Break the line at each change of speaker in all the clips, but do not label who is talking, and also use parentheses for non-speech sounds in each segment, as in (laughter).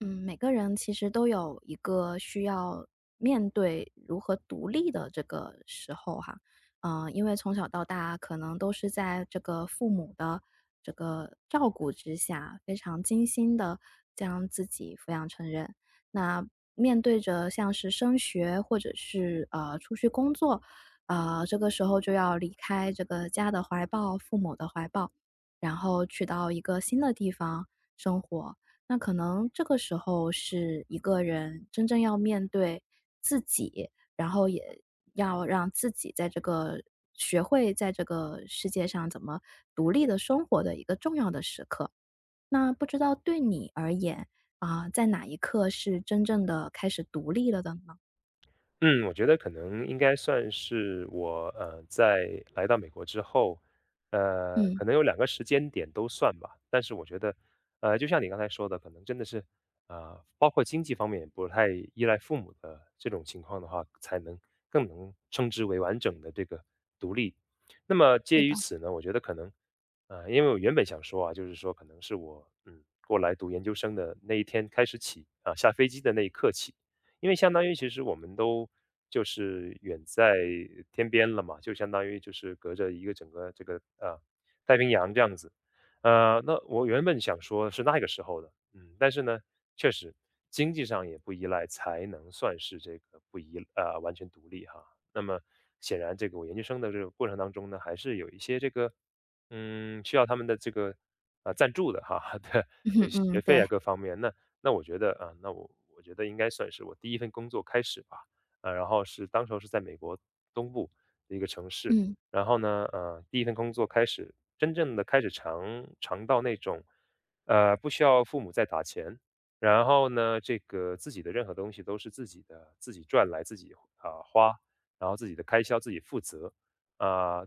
嗯，每个人其实都有一个需要面对如何独立的这个时候哈，因为从小到大可能都是在这个父母的这个照顾之下，非常精心的将自己抚养成人。那面对着像是升学或者是出去工作，啊，这个时候就要离开这个家的怀抱、父母的怀抱，然后去到一个新的地方生活。那可能这个时候是一个人真正要面对自己，然后也要让自己在这个学会在这个世界上怎么独立的生活的一个重要的时刻。那不知道对你而言，啊，在哪一刻是真正的开始独立了的呢？
嗯，我觉得可能应该算是我在来到美国之后，
嗯，
可能有两个时间点都算吧。但是我觉得，就像你刚才说的，可能真的是，包括经济方面也不太依赖父母的这种情况的话，才能更能称之为完整的这个独立。那么
是
介于
的，
此呢，我觉得可能，因为我原本想说啊，就是说可能是我过来读研究生的那一天开始起啊，下飞机的那一刻起。因为相当于其实我们都就是远在天边了嘛，就相当于就是隔着一个整个这个太平洋这样子。那我原本想说是那个时候的，但是呢，确实经济上也不依赖，才能算是这个不依呃完全独立哈。那么显然，这个我研究生的这个过程当中呢，还是有一些这个需要他们的这个赞助的哈 (laughs) 的
(laughs) 嗯嗯，
学费
对，
啊各方面。那我觉得啊，那我觉得应该算是我第一份工作开始吧。然后是当时候是在美国东部的一个城市，
嗯
然后呢，第一份工作开始真正的开始尝到那种，不需要父母再打钱，然后呢，这个自己的任何东西都是自己的，自己赚来，自己花，然后自己的开销自己负责，啊、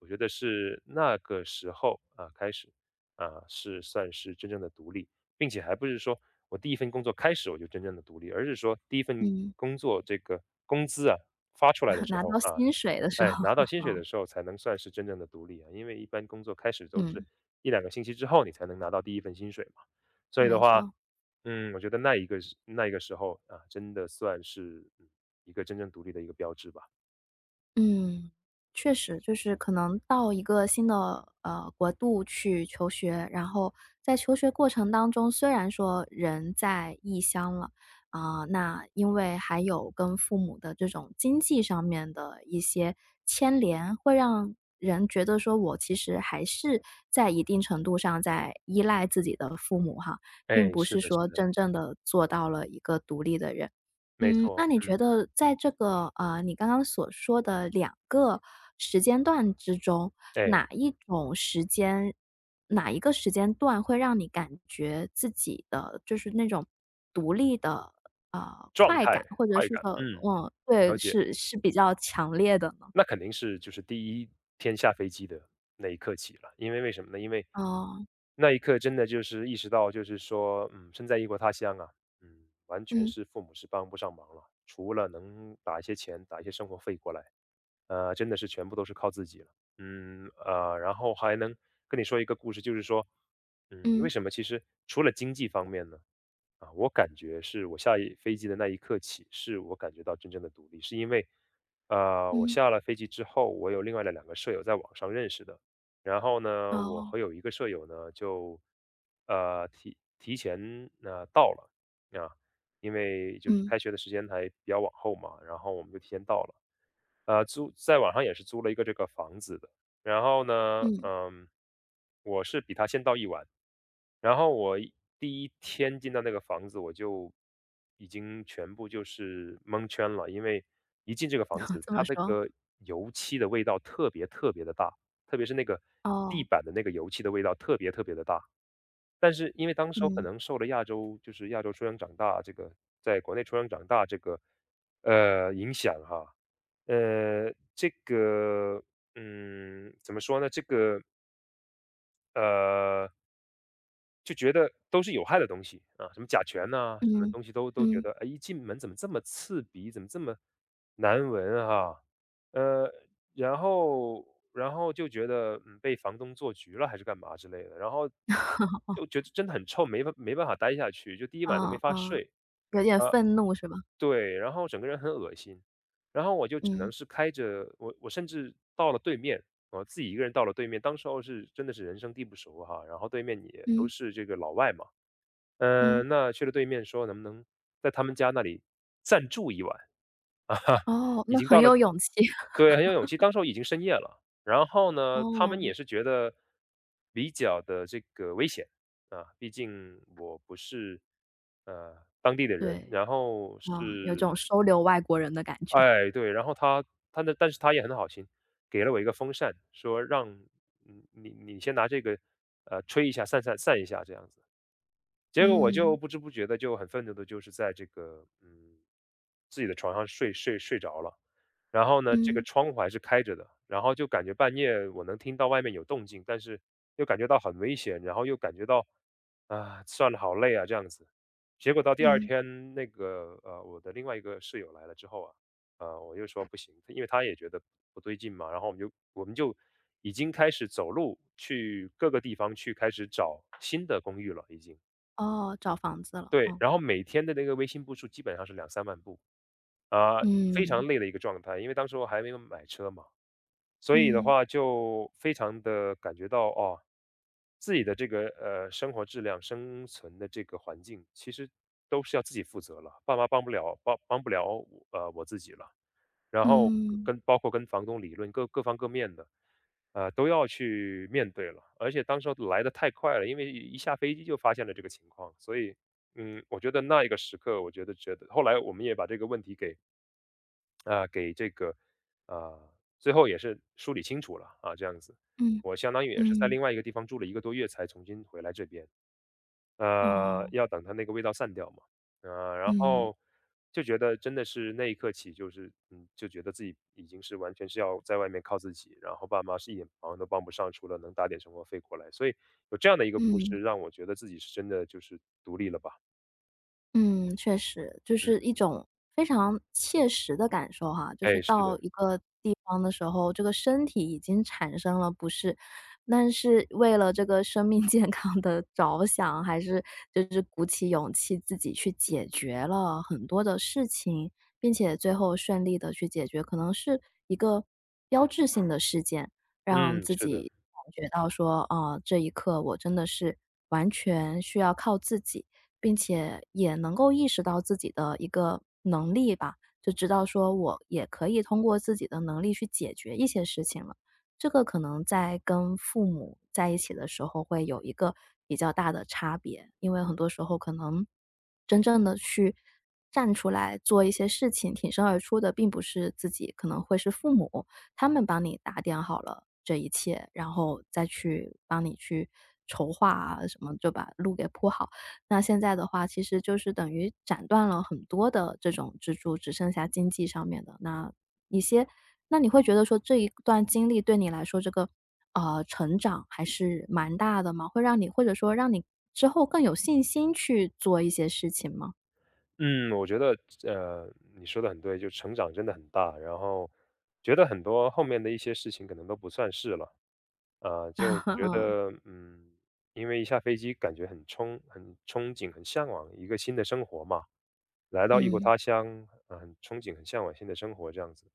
我觉得是那个时候开始是算是真正的独立，并且还不是说我第一份工作开始我就真正的独立，而是说第一份
嗯，
工作这个工资啊发出来的
(laughs)
时
拿
候
到
啊，
薪水的时
哎，
候，
拿到薪水的时候才能算是真正的独立啊，因为一般工作开始都是
嗯，
一两个星期之后你才能拿到第一份薪水嘛，所以的
没
话，
错。
我觉得那一个时候啊，真的算是一个真正独立的一个标志吧。
嗯，确实，就是可能到一个新的国度去求学，然后在求学过程当中，虽然说人在异乡了啊、那因为还有跟父母的这种经济上面的一些牵连，会让人觉得说我其实还是在一定程度上在依赖自己的父母哈，并
哎，
不
是
是
的，是
说
的，
真正的做到了一个独立的人。
没
嗯，
错。
那你觉
嗯。
得在这个，你刚刚所说的两个时间段之中，
哎，
哪一种时间哪一个时间段会让你感觉自己的就是那种独立的，
状
快
态、
感，或者
快
是
感。
说
嗯，
嗯，对，
了解。
是比较强烈的呢？
那肯定是就是第一天下飞机的那一刻起了，因为为什么呢？因为
哦，
那一刻真的就是意识到，就是说，身在异国他乡啊，完全
嗯，
是父母是帮不上忙了，除了能打一些钱、打一些生活费过来，真的是全部都是靠自己了。然后还能跟你说一个故事，就是说，为
嗯，
什么其实除了经济方面呢，我感觉是我下一飞机的那一刻起，是我感觉到真正的独立，是因为，我
嗯，
下了飞机之后，我有另外的两个舍友在网上认识的，然后呢，我
哦，
和有一个舍友呢就，提前呢到了啊，因为就是
嗯，
开学的时间还比较往后嘛，然后我们就提前到了。租在网上也是租了一个这个房子的。然后呢，
嗯，
我是比他先到一晚，然后我第一天进到那个房子，我就已经全部就是蒙圈了，因为一进这个房
啊，
子，
这么
它那
说，
个油漆的味道特别特别的大，特别是那个地
哦，
板的那个油漆的味道特别特别的大。但是因为当时我可
嗯，
能受了亚洲就是亚洲出生长大这个在国内出生长大这个影响哈。这个，怎么说呢？这个，呃，就觉得都是有害的东西啊，什么甲醛呐、什么
嗯，
东西都觉
嗯，
得，哎，一进门怎么这么刺鼻，怎么这么难闻哈。呃，然后然后就觉得，被房东做局了还是干嘛之类的，然后就觉得真的很臭，没办法待下去，就第一晚都没
哦，
法
哦，
睡。
有点
啊。
愤怒是吧？
对，然后整个人很恶心，然后我就只能
嗯，
是开着我我甚至到了对面，我自己一个人到了对面，当时候是真的是人生地不熟哈，然后对面也都
嗯，
是这个老外嘛。
嗯。
那去了对面说能不能在他们家那里暂住一晚，
哦，
已
那
经
很
到了。
有勇气。(laughs)
对，很有勇气，当时候已经深夜了，然后呢，他
哦，
们也是觉得比较的这个危险啊，毕竟我不是呃当地的人，
对，
然后
嗯，有
是，
种收留外国人的感觉。
哎，对，然后他他那但是他也很好心，给了我一个风扇，说让你先拿这个，吹一下，散散一下这样子。结果我就
嗯，
不知不觉的就很愤怒的，就是在这个自己的床上睡着了。然后呢，这个
嗯，
窗户还是开着的，然后就感觉半夜我能听到外面有动静，但是又感觉到很危险，然后又感觉到啊，算了，好累啊，这样子。结果到第二
嗯。
天，我的另外一个室友来了之后啊，我就说不行，因为他也觉得不对劲嘛，然后我们就已经开始走路去各个地方去开始找新的公寓了，已经。
哦，找房子了，
对，
嗯。
然后每天的那个微信步数基本上是两三万步，啊，非常
嗯，
累的一个状态。因为当时我还没有买车嘛，所以的
嗯，
话就非常的感觉到，哦，自己的这个，生活质量、生存的这个环境，其实都是要自己负责了，爸妈帮不了我，我自己了。然后
嗯，
跟包括跟房东理论，各方各面的，都要去面对了。而且当时候来的太快了，因为一下飞机就发现了这个情况，所以，我觉得那一个时刻，我觉得后来我们也把这个问题给啊、呃给这个啊、最后也是梳理清楚了啊，这样子，
嗯，
我相当于也是在
嗯，
另外一个地方住了一个多月，才重新回来这边。
哦。
要等它那个味道散掉嘛。然
嗯，
后就觉得真的是那一刻起，就是就觉得自己已经是完全是要在外面靠自己，然后爸妈是一点忙都帮不上，除了能打点生活费过来。所以有这样的一个故
嗯。
事，让我觉得自己是真的就是独立了吧。
嗯，确实，就是
嗯。
一种非常切实的感受哈，就是
哎，是
到
的。
一个地方的时候，这个身体已经产生了不适，但是为了这个生命 (laughs) 健康的着想，还是就是鼓起勇气自己去解决了很多的事情，并且最后顺利的去解决，可能是一个标志性的事件。让
嗯，
自
是的。
己感觉到说，啊，这一刻我真的是完全需要靠自己，并且也能够意识到自己的一个能力吧，就知道说我也可以通过自己的能力去解决一些事情了。这个可能在跟父母在一起的时候会有一个比较大的差别，因为很多时候可能真正的去站出来做一些事情，挺身而出的并不是自己，可能会是父母。他们帮你打点好了这一切，然后再去帮你去筹划啊什么，就把路给铺好。那现在的话，其实就是等于斩断了很多的这种支柱，只剩下经济上面的那一些。那你会觉得说这一段经历对你来说，这个成长还是蛮大的吗？会让你或者说让你之后更有信心去做一些事情吗？
嗯，我觉得，你说的很对，就成长真的很大，然后觉得很多后面的一些事情可能都不算是了，就觉
(laughs)
得，因为一下飞机感觉很憧憬、很向往一个新的生活嘛，来到异国
嗯嗯
他乡，很憧憬、很向往新的生活这样子，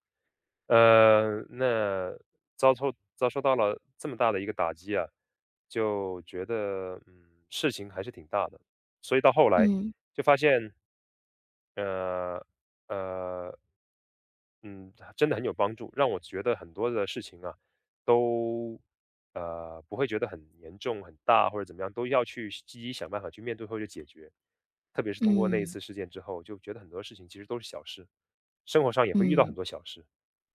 那遭受到了这么大的一个打击啊，就觉得，事情还是挺大的，所以到后来
嗯
就发现。呃，呃，嗯，真的很有帮助，让我觉得很多的事情啊，都不会觉得很严重、很大或者怎么样，都要去积极想办法去面对或者解决。特别是通过那一次
嗯
事件之后，就觉得很多事情其实都是小事，生活上也会遇到很
嗯，
多小事。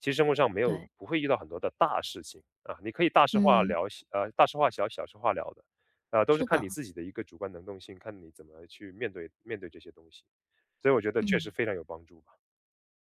其实生活上没有
对，
不会遇到很多的大事情啊，你可以大事化
嗯，
了，大事化小，小事化了的，都是
是
看
的，
你自己的一个主观能动性，看你怎么去面对这些东西。所以我觉得确
嗯。
实非常有帮助吧。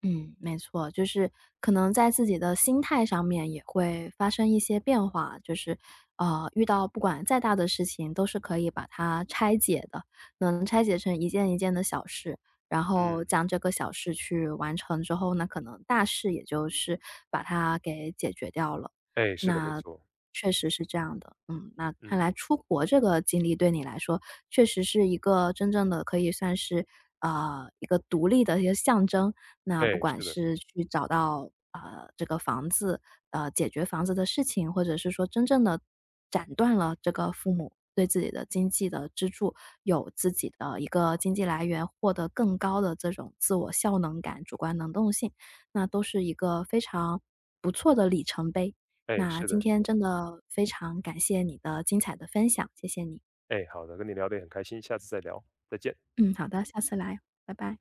嗯，没错，就是可能在自己的心态上面也会发生一些变化，就是，遇到不管再大的事情，都是可以把它拆解的，能拆解成一件一件的小事，然后
嗯。
将这个小事去完成之后呢，可能大事也就是把它给解决掉了。
哎，是的，没
那
错。
确实是这样的，嗯，那
嗯。
看来出国这个经历对你来说，确实是一个真正的可以算是，呃，一个独立的一个象征。那不
哎，
管
是的。
是去找到，呃，这个房子，呃，解决房子的事情，或者是说真正的斩断了这个父母对自己的经济的支柱，有自己的一个经济来源，获得更高的这种自我效能感、主观能动性，那都是一个非常不错的里程碑。
哎，
那
是
今
的，是
天
的。
真的非常感谢你的精彩的分享，谢谢你。
哎，好的，跟你聊得也很开心，下次再聊，再见。
嗯，好的，下次来，拜拜。